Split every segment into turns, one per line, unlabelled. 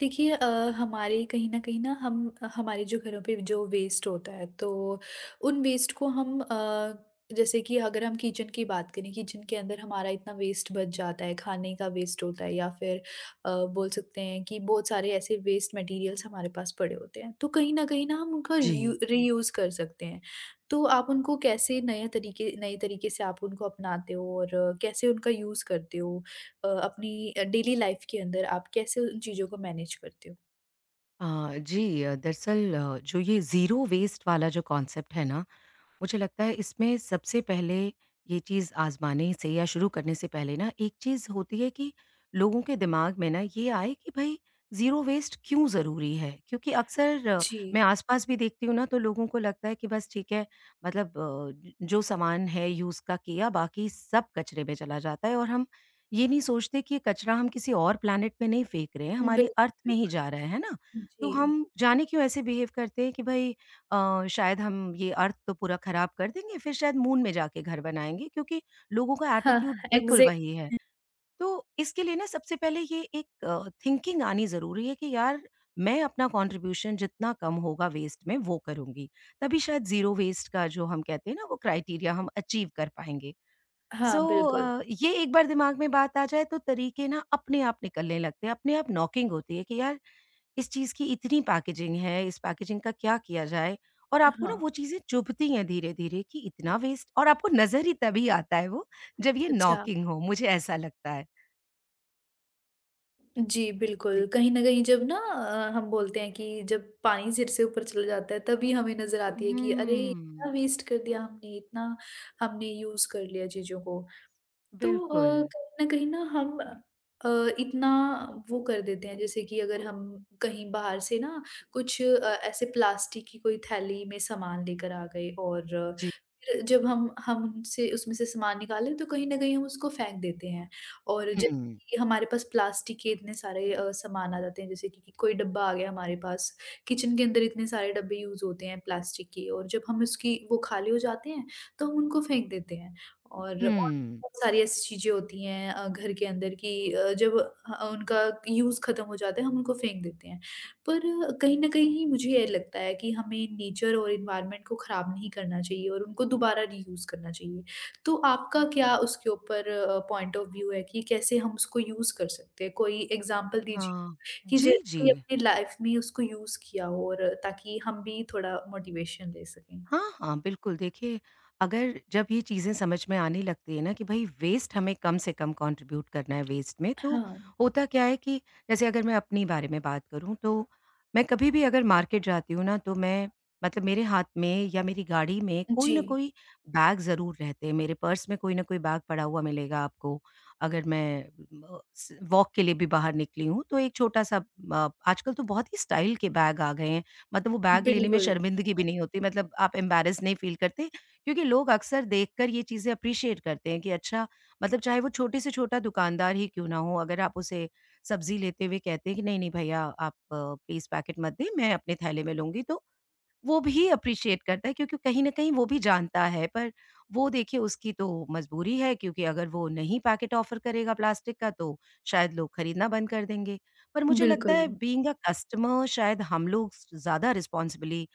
देखिए हमारे कहीं न कहीं ना हम हमारे जो घरों पे जो वेस्ट होता है, तो उन वेस्ट को हम जैसे कि अगर हम किचन की बात करें, किचन के अंदर हमारा इतना वेस्ट बच जाता है, खाने का वेस्ट होता है या फिर बोल सकते हैं कि बहुत सारे ऐसे वेस्ट मटेरियल्स हमारे पास पड़े होते हैं। तो कहीं न कहीं ना हम उनका रीयू
जी।
रीयूज़ कर सकते हैं। तो आप उनको कैसे नए तरीके से आप उनको अपनाते हो और कैसे उनका यूज़ करते हो? अपनी डेली लाइफ के अंदर आप कैसे उन चीज़ों को मैनेज करते हो?
अ, जी, दरअसल जो ये ज़ीरो वेस्ट वाला जो कॉन्सेप्ट है ना, मुझे लगता है इसमें सबसे पहले ये चीज़ आज़माने से या शुरू करने से पहले ना एक चीज़ होती है कि लोगों के दिमाग में ना ये आए कि भाई ज़ीरो वेस्ट क्यों ज़रूरी है? क्योंकि अक्सर
जी।
मैं आसपास भी देखती हूँ ना तो लोगों को लगता है कि बस ठीक है, मतलब जो सामान है यूज़ का किया बाकी सब कचरे में चला जाता है, और हम ये नहीं सोचते कि ये कचरा हम किसी और प्लैनेट पे नहीं फेंक रहे हैं, हमारी
बिल्कुल,
अर्थ में ही
बिल्कुल।
जा रहा है ना? तो
जी।
हम जाने क्यों ऐसे बिहेव करते हैं कि भई शायद हम ये अर्थ तो पूरा खराब कर देंगे, फिर शायद मून में जाके घर बनाएँगे, क्योंकि लोगों का
हाँ,
एटीट्यूड बिल्कुल
एग्ज़ैक्ट।
वही है। तो इसके लिए ना सबसे पहले ये एक थिंकिंग आनी ज़रूरी है कि यार मैं अपना कॉन्ट्रिब्यूशन जितना कम होगा वेस्ट में वो करूँगी। तभी शायद ज़ीरो वेस्ट का जो हम कहते हैं ना वो क्राइटेरिया हम अचीव कर पाएँगे। सो
हाँ, बिल्कुल।
ये एक बार दिमाग में बात आ जाए तो तरीके ना अपने आप निकलने लगते हैं, अपने आप नॉकिंग होती है कि यार इस चीज़ की इतनी पैकेजिंग है, इस पैकेजिंग का क्या किया जाए? और आपको ना
हाँ,
वो चीज़ें चुभती हैं धीरे-धीरे कि इतना वेस्ट, और आपको नज़र ही तभी आता है वो, जब ये
अच्छा।
नॉकिंग हो, मुझे ऐसा लगता है।
जी,
जी।
बिल्कुल। कहीं न कहीं जब ना हम बोलते हैं कि जब पानी सिर से ऊपर चला जाता है तभी हमें नज़र आती है कि अरे! इतना
हम्म।
वेस्ट कर दिया हमने, इतना हमने यूज़ कर लिया चीज़ों को। तो
बिल्कुल।
कहीं न कहीं ना हम इतना वो कर देते हैं। जैसे कि अगर हम कहीं बाहर से ना कुछ ऐसे प्लास्टिक की कोई थैली में सामान लेकर आ गए और
जी।
फिर जब हम उनसे उसमें से सामान निकालें तो कहीं न कहीं हम उसको फेंक देते हैं। और
हुँ,
जैसे कि हमारे पास प्लास्टिक के इतने सारे सामान आ जाते हैं। जैसे कि कोई डब्बा आ गया हमारे पास, किचन के अंदर इतने सारे डब्बे यूज़ होते हैं प्लास्टिक के और जब हम उसकी वो खाली हो जाते हैं तो हम उनको फेंक देते हैं। और
हुँ।
बहुत सारी ऐसी चीज़ें होती हैं घर के अंदर कि जब उनका यूज़ खत्म हो जाता है हम उनको फेंक देते हैं। पर कहीं न कहीं मुझे ये लगता है कि हमें नेचर और एनवायरनमेंट को ख़राब नहीं करना चाहिए और उनको दोबारा रीयूज़ करना चाहिए। तो आपका क्या उसके ऊपर पॉइंट ऑफ व्यू है कि कैसे हम उसको यूज़ कर सकते हैं? कोई एग्ज़ाम्पल दीजिए कि
जी,
जैसे
जी।
कि अपनी लाइफ़ में उसको यूज़ किया हो, और ताकि हम भी थोड़ा मोटिवेशन ले सकें।
हाँ, हाँ, बिल्कुल, देखिए, अगर जब ये चीज़ें समझ में आने लगती है ना कि भई वेस्ट हमें कम से कम कंट्रीब्यूट करना है वेस्ट में, तो
हाँ।
होता क्या है कि जैसे अगर मैं अपने बारे में बात करूँ तो मैं कभी भी अगर मार्केट जाती हूँ ना तो मैं, मतलब मेरे हाथ में या मेरी गाड़ी में कोई ना
जी,
कोई बैग ज़रूर रहते हैं, मेरे पर्स में कोई ना कोई बैग पड़ा हुआ मिलेगा आपको। अगर मैं म स वॉक के लिए भी बाहर निकली हूँ तो एक छोटा-सा, आजकल तो बहुत ही स्टाइल के बैग आ गए हैं। मतलब वो बैग लेने में
बिल्कुल,
शर्मिंदगी भी नहीं होती, मतलब आप एम्बैरेस नहीं फ़ील करते, क्योंकि लोग अक्सर देखकर ये चीज़ें अप्रिशिएट करते हैं कि अच्छा, मतलब चाहे वो छोटे से छोटा दुकानदार ही क्यों ना हो, अगर आप उसे सब्ज़ी लेते हुए कहते हैं कि नहीं, नहीं भैया आप प्लीज़ पैकेट मत दें, मैं अपने थैले में लूँगी, तो वो भी अप्रिशिएट करता है, क्योंकि कहीं न कहीं वो भी जानता है, पर वो देखिए उसकी तो मजबूरी है, क्योंकि अगर वो नहीं पैकेट ऑफ़र करेगा प्लास्टिक का तो शायद लोग खरीदना बंद कर देंगे। पर मुझे लगता
बिल्कुल।
है बीइंग अ कस्टमर शायद हम लोग ज़्यादा रिस्पॉन्सिबली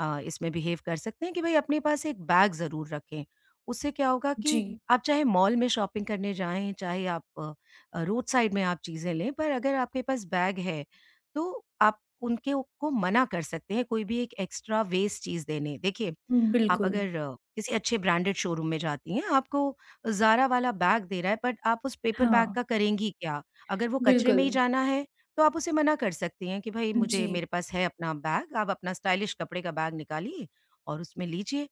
इसमें बिहेव कर सकते हैं कि भई अपने पास एक बैग ज़रूर रखें। उससे क्या होगा
जी।
कि आप चाहे मॉल में शॉपिंग करने जाएँ, चाहे आप रोड साइड में आप चीज़ें लें, पर अगर आपके पास बैग है, तो आप उनके को मना कर सकते हैं कोई भी एक एक्स्ट्रा वेस्ट चीज़ देने। देखिए, आप
बिल्कुल,
अगर किसी अच्छे ब्रांडेड शोरूम में जाती हैं, आपको ज़ारा वाला बैग दे रहा है, बट आप उस पेपर बैग
हाँ,
का करेंगी क्या? अगर वो कचरे में
बिल्कुल।
ही जाना है, तो आप उसे मना कर सकती हैं कि भाई मुझे,
जी,
मेरे पास है अपना बैग, आप अपना स्टाइलिश कपड़े का बैग निकालिए और उसमें लीजिए।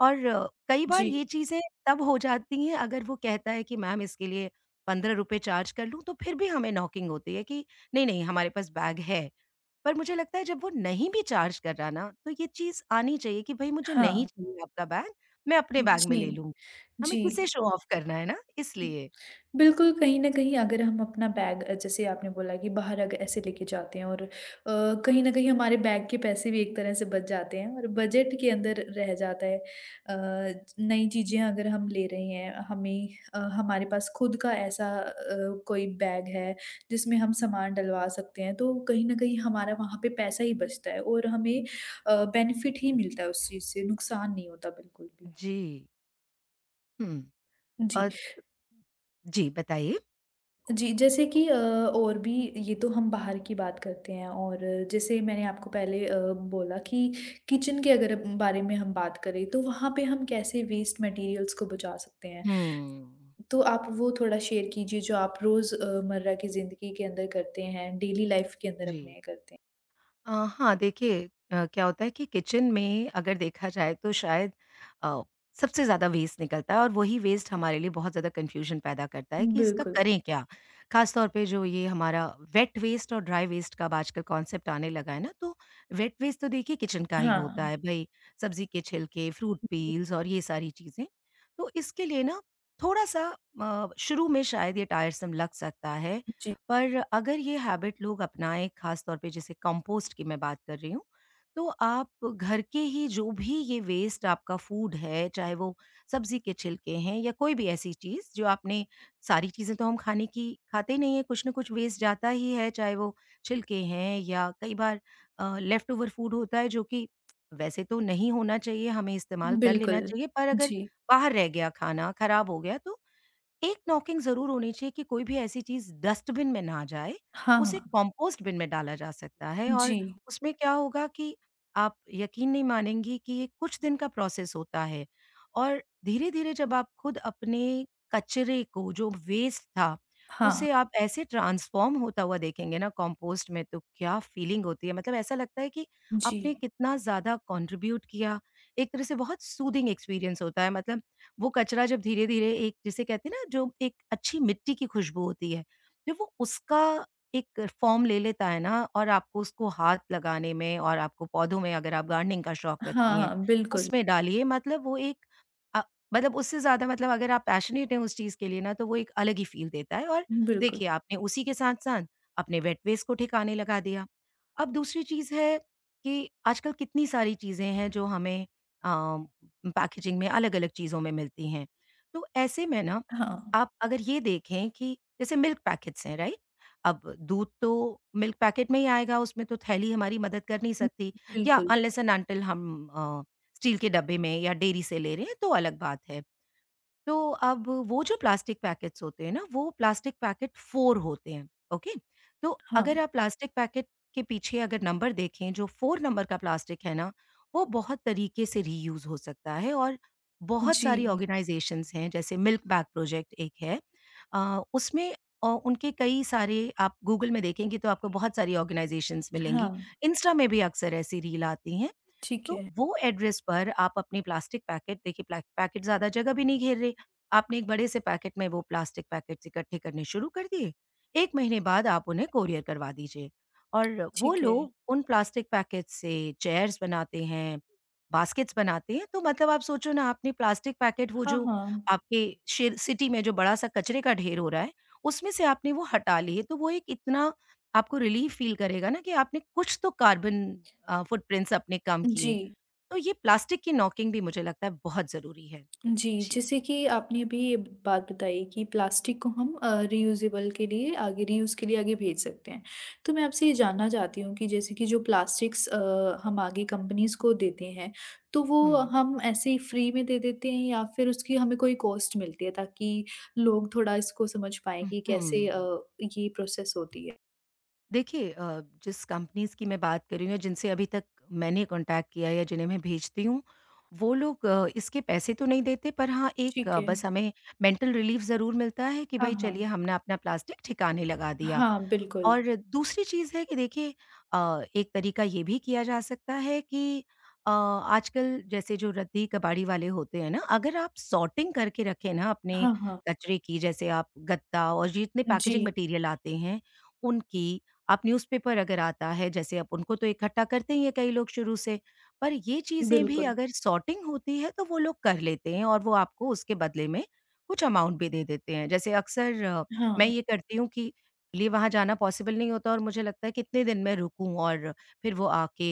और कई बार
जी,
ये चीज़ें तब हो जाती हैं, अगर वो कहता है कि मैम इसके लिए ₹15 चार्ज कर लूँ, तो फिर भी हमें नॉकिंग होती है कि नहीं, नहीं हमारे पास बैग है। पर मुझे लगता है जब वो नहीं भी चार्ज कर रहा ना, तो ये चीज़ आनी चाहिए कि भई मुझे नहीं
हाँ,
चाहिए आपका बैग, मैं अपने बैग में
जी,
ले लूँगी। हमें
जी।
किसे शो ऑफ करना है ना इसलिए।
बिल्कुल, कहीं न कहीं अगर हम अपना बैग जैसे आपने बोला कि बाहर अग ऐसे लेके जाते हैं और कहीं न कहीं हमारे बैग के पैसे भी एक तरह से बच जाते हैं और बजट के अंदर रह जाता है। नई चीज़ें अगर हम ले रहे हैं, हमें हमारे पास खुद का ऐसा कोई बैग है, जिसमें हम सामान डलवा सकते हैं, तो कहीं न कहीं हमारा वहाँ पे पैसा ही बचता है और हमें बेनिफिट ही मिलता है उस चीज़ से, नुकसान नहीं होता बिल्कुल भी।
जी। हुँ।
जी,
अ जी, बताइए?
जी, जैसे कि और भी, ये तो हम बाहर की बात करते हैं और जैसे मैंने आपको पहले बोला कि किचन के अगर बारे में हम बात करें तो वहाँ पे हम कैसे वेस्ट मटेरियल्स को बचा सकते हैं?
हुँ।
तो आप वो थोड़ा शेयर कीजिए जो आप रोज़मर्रा की ज़िंदगी के अंदर करते हैं, डेली लाइफ़ के अंदर
जी।
अपने करते हैं।
अ, हाँ, देखिए क्या होता है कि किचन में अगर देखा जाए तो शायद अ, सबसे ज़्यादा वेस्ट निकलता है और वही वेस्ट हमारे लिए बहुत ज़्यादा कन्फ्यूजन पैदा करता है कि इसका
बिल्कुल,
करें क्या? ख़ास तौर पे जो ये हमारा वेट वेस्ट और ड्राई वेस्ट का अब आजकल कॉन्सेप्ट आने लगा है ना, तो वेट वेस्ट तो देखिए किचन का ही होता
हाँ।
है, भई सब्ज़ी के छिलके, फ्रूट पील्स और ये सारी चीज़ें। तो इसके लिए ना थोड़ा-सा, शुरू में शायद ये टायरसम लग सकता है,
जी,
पर अगर ये हैबिट लोग अपनाएं, खास तौर पे जैसे कंपोस्ट की मैं बात कर रही हूँ, तो आप घर के ही जो भी ये वेस्ट आपका फूड है, चाहे वो सब्ज़ी के छिलके हैं या कोई भी ऐसी चीज़ जो आपने, सारी चीज़ें तो हम खाने की खाते नहीं हैं, कुछ न कुछ वेस्ट जाता ही है, चाहे वो छिलके हैं या कई बार लेफ्ट ओवर फूड होता है, जो कि वैसे तो नहीं होना चाहिए, हमें इस्तेमाल कर लेना
बिल्कुल।
चाहिए, पर अगर
जी,
बाहर रह गया खाना, खराब हो गया तो एक नॉकिंग ज़रूर होनी चाहिए कि कोई भी ऐसी चीज़ डस्टबिन में ना जाए,
हाँ,
उसे
हाँ।
कंपोस्ट बिन में डाला जा सकता है, और
जी,
उसमें क्या होगा कि आप यकीन नहीं मानेंगी कि ये कुछ दिन का प्रोसेस होता है, और धीरे-धीरे जब आप खुद अपने कचरे को, जो वेस्ट था,
हाँ,
उसे आप ऐसे ट्रांसफ़ॉर्म होता हुआ देखेंगे ना कंपोस्ट में, तो क्या फीलिंग होती है, मतलब ऐसा लगता है कि
जी।
आपने कितना ज़्यादा कंट्रीब्यूट किया। एक तरह से बहुत सूदिंग एक्सपीरियंस होता है, मतलब वो कचरा जब धीरे-धीरे एक, जिसे कहते हैं ना, जो एक अच्छी मिट्टी की खुशबू होती है, जब वो उसका एक फ़ॉर्म ले लेता है ना और आपको उसको हाथ लगाने में, और आपको पौधों में अगर आप गार्डनिंग का शौक रखती
हाँ,
हैं,
हाँ, बिल्कुल,
उसमें डालिए, मतलब वो एक अ, मतलब उससे ज़्यादा, मतलब अगर आप पैशनेट हैं उस चीज़ के लिए ना तो वो एक अलग ही फ़ील देता है, और
बिल्कुल,
देखिए आपने उसी के साथ-साथ अपने वेट वेस्ट को ठिकाने लगा दिया। अब दूसरी चीज़ है कि आजकल कितनी सारी चीज़ें हैं जो हमें अ, पैकेजिंग में अलग-अलग चीज़ों में मिलती हैं। तो ऐसे में ना
हाँ।
आप अगर ये देखें कि जैसे मिल्क पैकेट्स हैं, राइट? अब दूध तो मिल्क पैकेट में ही आएगा, उसमें तो थैली हमारी मदद कर नहीं
हुँ,
सकती, या
बिल्कुल।
अनलेस एंड अनटिल हम स्टील के डब्बे में या डेयरी से ले रहे हैं तो अलग बात है। तो अब वो जो प्लास्टिक पैकेट्स होते हैं ना, वो प्लास्टिक पैकेट 4 होते हैं, ओके? तो
हाँ,
अगर आप प्लास्टिक पैकेट के पीछे अगर नंबर देखें, जो 4 नंबर का प्लास्टिक है ना, वो बहुत तरीके से रीयूज़ हो सकता है, और बहुत सारी
जी,
ऑर्गेनाइज़ेशंस हैं, जैसे मिल्क बैग प्रोजेक्ट एक है। उसमें उनके कई सारे, आप गूगल में देखेंगे तो आपको बहुत सारी ऑर्गेनाइज़ेशंस मिलेंगी।
हाँ,
इंस्टा में भी अक्सर ऐसी रील आती हैं।
ठीक
तो
है,
वो एड्रेस पर आप अपने प्लास्टिक पैकेट, देखिए पैकेट ज़्यादा जगह भी नहीं घेर रहे। आपने एक बड़े से पैकेट में वो प्लास्टिक पैकेट्स इकट्ठे करने शुरू कर दिए। 1 महीने बाद आप उन्हें कोरियर करवा दीजिए, और वो
ठीक है।
लोग उन प्लास्टिक पैकेट्स से चेयर्स बनाते हैं, बास्केट्स बनाते हैं। तो मतलब आप सोचो ना आपने प्लास्टिक पैकेट, वो
हाँ,
जो
हाँ,
आपके शे सिटी में जो बड़ा सा कचरे का ढेर हो रहा है, उसमें से आपने वो हटा लिए। तो वो एक इतना आपको रिलीफ फ़ील करेगा ना कि आपने कुछ तो कार्बन फुटप्रिंट्स अपने कम किए।
जी,
तो ये प्लास्टिक की नॉकिंग भी मुझे लगता है बहुत ज़रूरी है।
जी,
जी।
जैसे कि आपने अभी ये बात बताई कि प्लास्टिक को हम रीयूज़ेबल के लिए आगे, रीयूज़ के लिए आगे भेज सकते हैं। तो मैं आपसे ये जानना चाहती हूँ कि जैसे कि जो प्लास्टिक्स हम आगे कंपनीज़ को देते हैं, तो वो
हुँ।
हम ऐसे ही फ्री में दे देते हैं या फिर उसकी हमें कोई कॉस्ट मिलती है, ताकि लोग थोड़ा इसको समझ पाएँ कि कैसे
हुँ।
ये प्रोसेस होती है?
देखिए जिस कंपनीज़ की मैं बात कर रही हूँ या जिनसे अभी तक मैंने कॉन्टैक्ट किया या जिन्हें मैं भेजती हूँ, वो लोग इसके पैसे तो नहीं देते, पर हाँ, एक
ठीक है।
बस हमें मेंटल रिलीफ़ ज़रूर मिलता है कि
हाँ,
भई चलिए
हाँ।
हमने अपना प्लास्टिक ठिकाने लगा दिया।
हाँ, बिल्कुल।
और दूसरी चीज़ है कि देखिए, एक तरीका ये भी किया जा सकता है कि आजकल जैसे जो रद्दी कबाड़ी वाले होते हैं ना, अगर आप सॉर्टिंग करके रखें ना अपने
हाँ, हाँ।
कचरे की, जैसे आप गत्ता और जितने
जी,
पैकेजिंग मटीरियल आते हैं, उनकी, आप न्यूज़पेपर अगर आता है, जैसे आप उनको तो इकट्ठा करते ही हैं कई लोग शुरू से, पर ये चीज़ें भी
बिल्कुल।
अगर सॉर्टिंग होती है, तो वो लोग कर लेते हैं और वो आपको उसके बदले में कुछ अमाउंट भी दे देते हैं। जैसे अक्सर मैं
हाँ,
ये करती हूँ कि, लिए वहाँ जाना पॉसिबल नहीं होता और मुझे लगता है कितने दिन मैं रुकूँ, और फिर वो आके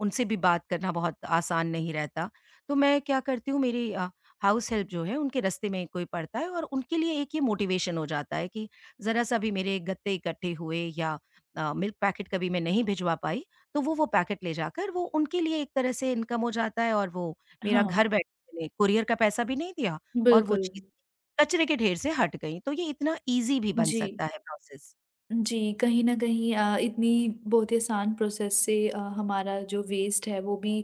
उनसे भी बात करना बहुत आसान नहीं रहता। तो मैं क्या करती हूँ, मेरी हाउस हेल्प जो है उनके रास्ते में कोई पड़ता है, और उनके लिए एक ये मोटिवेशन हो जाता है कि ज़रा-सा भी मेरे गत्ते इकट्ठे हुए या मिल्क पैकेट कभी मैं नहीं भिजवा पाई, तो वो पैकेट ले जाकर वो उनके लिए एक तरह से इनकम हो जाता है और वो मेरा घर
हाँ,
बैठे कुरियर का पैसा भी नहीं दिया। और वो
बिल्कुल।
चीज़ कचरे के ढेर से हट गई। तो ये इतना ईज़ी भी बन
जी।
सकता है प्रोसेस।
जी, कहीं न कहीं इतनी बहुत ही आसान प्रोसेस से हमारा जो वेस्ट है वो भी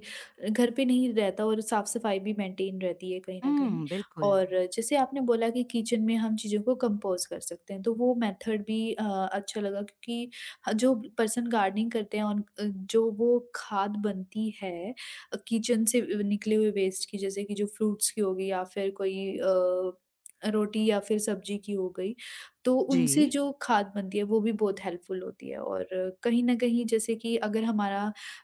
घर पे नहीं रहता और साफ़-सफ़ाई भी मेंटेन रहती है कहीं न कहीं।
हुँ, बिल्कुल।
और जैसे आपने बोला कि किचन में हम चीज़ों को कंपोज़ कर सकते हैं, तो वो मेथड भी अच्छा लगा, क्योंकि ह जो पर्सन गार्डनिंग करते हैं और जो वो खाद बनती है किचन से निकले हुए वेस्ट की, जैसे कि जो फ्रूट्स की होगी या फिर कोई रोटी या फिर सब्ज़ी की हो गई। तो उनसे
जी,
जो खाद बनती है वो भी बहुत हेल्पफुल होती है। और कहीं न कहीं जैसे कि अगर हमारा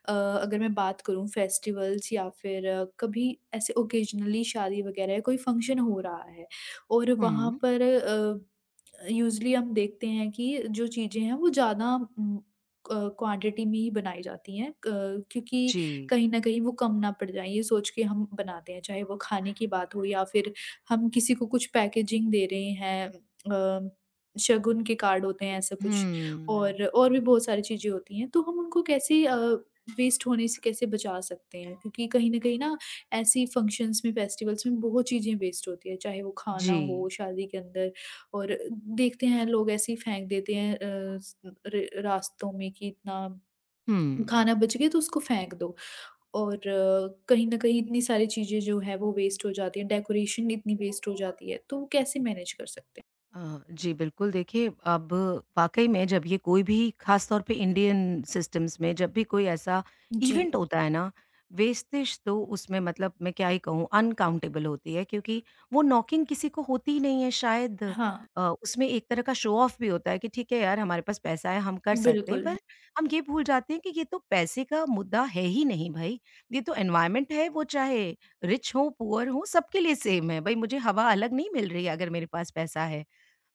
अगर मैं बात करूँ फेस्टिवल्स या फिर कभी ऐसे ओकेजनली शादी वगैरह या कोई फंक्शन हो रहा है और वहाँ
हुँ,
पर यूजुअली हम देखते हैं कि जो चीज़ें हैं वो ज़्यादा क्वांटिटी में ही बनाई जाती हैं। क क्योंकि
जी,
कहीं न कहीं वो कम ना पड़ जाए ये सोच के हम बनाते हैं, चाहे वो खाने की बात हो या फिर हम किसी को कुछ पैकेजिंग दे रहे हैं अ शगुन के कार्ड होते हैं ऐसा कुछ,
हुँ,
और भी बहुत सारी चीज़ें होती हैं, तो हम उनको कैसे वेस्ट होने से कैसे बचा सकते हैं? क्योंकि कहीं न कहीं ना ऐसी फंक्शंस में, फेस्टिवल्स में बहुत चीज़ें वेस्ट होती हैं, चाहे वो खाना हो
जी,
शादी के अंदर, और देखते हैं लोग ऐसे ही फेंक देते हैं अ, स र रास्तों में कि इतना
हुँ।
खाना बच गया तो उसको फेंक दो। और कहीं न कहीं इतनी सारी चीज़ें जो हैं वो वेस्ट हो जाती हैं, डेकोरेशन इतनी वेस्ट हो जाती है, तो कैसे मैनेज कर सकते
जी बिल्कुल, देखिए अब वाक़ई में जब ये कोई भी ख़ास तौर पे इंडियन सिस्टम्स में जब भी कोई ऐसा
हैं? जी,
इवेंट होता है ना, वेस्टेज तो उसमें मतलब मैं क्या ही कहूँ, अनकाउंटेबल होती है, क्योंकि वो नॉकिंग किसी को होती ही नहीं है शायद।
हाँ।
उसमें एक तरह का शो ऑफ भी होता है कि ठीक है यार, हमारे पास पैसा है, हम कर सकते हैं।
बिल्कुल,
पर हम ये भूल जाते हैं कि ये तो पैसे का मुद्दा है ही नहीं भई, ये तो एनवायरनमेंट है, वो चाहे रिच हो, पुअर हो, सबके लिए सेम है। भई, मुझे हवा अलग नहीं मिल रही है अगर मेरे पास पैसा है।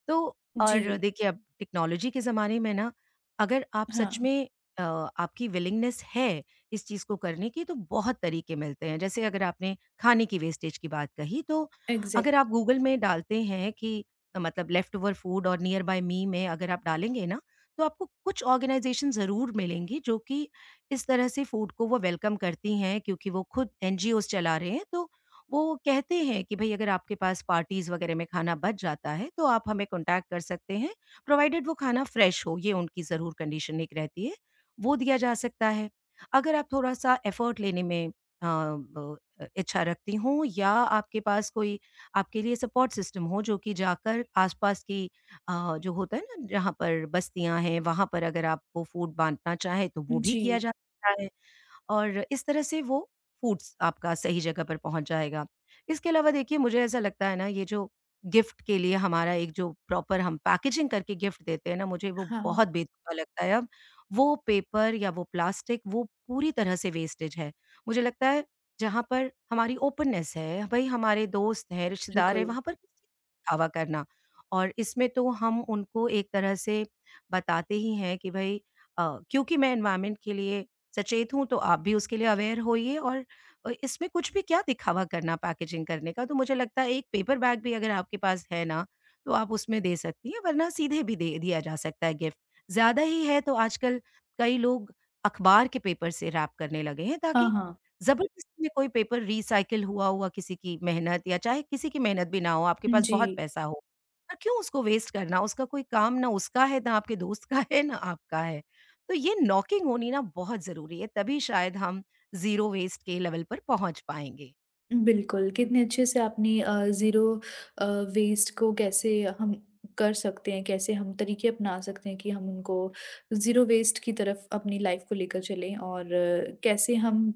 तो और
जी,
देखिए अब टेक्नोलॉजी के ज़माने में ना, अगर आप सच
हाँ,
में आपकी विलिंगनेस है इस चीज़ को करने की, तो बहुत तरीके मिलते हैं। जैसे अगर आपने खाने की वेस्टेज की बात कही, तो अगर
एग्ज़ैक्ट।
आप गूगल में डालते हैं कि मतलब लेफ्ट ओवर फूड और नियर बाय मी, में अगर आप डालेंगे ना, तो आपको कुछ ऑर्गेनाइज़ेशन ज़रूर मिलेंगी, जो कि इस तरह से फूड को वो वेलकम करती हैं, क्योंकि वो खुद एनजीओज़ चला रहे हैं। तो वो कहते हैं कि भई, अगर आपके पास पार्टीज़ वगैरह में खाना बच जाता है, तो आप हमें कॉन्टैक्ट कर सकते हैं, प्रोवाइडेड वो खाना फ्रेश हो, ये उनकी ज़रूर कंडीशन एक रहती है, वो दिया जा सकता है। अगर आप थोड़ा-सा एफर्ट लेने में इच्छा रखती हों, या आपके पास कोई आपके लिए सपोर्ट सिस्टम हो, जो कि जाकर आस-पास की जो होता है ना, जहाँ पर बस्तियाँ हैं, वहाँ पर अगर आप वो फूड बाँटना चाहें, तो वो भी
जी,
किया जा सकता है। और इस तरह से वो फूड्स आपका सही जगह पर पहुँच जाएगा। इसके अलावा देखिए, मुझे ऐसा लगता है ना, ये जो गिफ्ट के लिए हमारा एक जो प्रॉपर हम पैकेजिंग करके गिफ्ट देते हैं ना, मुझे वो बहुत
हाँ,
बेतुका लगता है अब। वो पेपर या वो प्लास्टिक, वो पूरी तरह से वेस्टेज है। मुझे लगता है जहाँ पर हमारी ओपननेस है, भई हमारे दोस्त हैं, रिश्तेदार हैं,
बिल्कुल,
वहाँ पर दिखावा करना, और इसमें तो हम उनको एक तरह से बताते ही हैं कि भई, क्योंकि मैं एनवायरनमेंट के लिए सचेत हूँ, तो आप भी उसके लिए अवेयर होइए। और इसमें कुछ भी क्या दिखावा करना पैकेजिंग करने का, तो मुझे लगता है एक पेपर बैग भी अगर आपके पास है ना, तो आप उसमें दे सकती हैं, वरना सीधे भी दे दिया जा सकता है गिफ्ट। ज़्यादा ही है तो आजकल कई लोग अखबार के पेपर से रैप करने लगे हैं,
हाँ,
ताकि
हाँ,
ज़बरदस्ती में कोई पेपर रिसाइकिल हुआ हुआ किसी की मेहनत, या चाहे किसी की मेहनत भी ना हो, आपके पास
जी।
बहुत पैसा हो, पर क्यों उसको वेस्ट करना? उसका कोई काम ना उसका है, ना आपके दोस्त का है, ना आपका है। तो ये नॉकिंग होनी ना बहुत ज़रूरी है, तभी शायद हम ज़ीरो वेस्ट के लेवल पर पहुँच पाएँगे।
बिल्कुल, कितने अच्छे से आपने ज़ीरो अ, वेस्ट को कैसे हम कर सकते हैं, कैसे हम तरीके अपना सकते हैं कि हम उनको ज़ीरो वेस्ट की तरफ अपनी लाइफ़ को लेकर चलें, और कैसे हम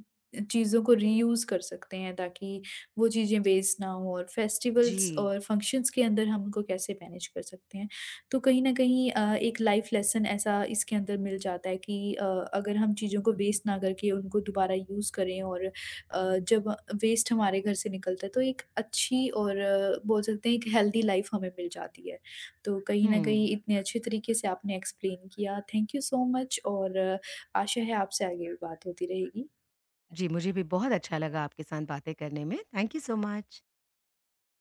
चीज़ों को रीयूज़ कर सकते हैं ताकि वो चीज़ें वेस्ट ना हो, और फेस्टिवल्स
जी।
और फंक्शंस के अंदर हम उनको कैसे मैनेज कर सकते हैं। तो कहीं न कहीं एक लाइफ़ लेसन ऐसा इसके अंदर मिल जाता है कि अगर हम चीज़ों को वेस्ट ना करके उनको दोबारा यूज़ करें और जब वेस्ट हमारे घर से निकलता है तो एक अच्छी और बोल सकते हैं एक हेल्दी लाइफ हमें मिल जाती है। तो कहीं न कहीं
हुँ।
इतने अच्छे तरीके से आपने एक्सप्लेन किया, थैंक यू सो मच। और आशा है आपसे आगे भी बात होती रहेगी।
जी, मुझे भी बहुत अच्छा लगा आपके साथ बातें करने में। Thank you so much.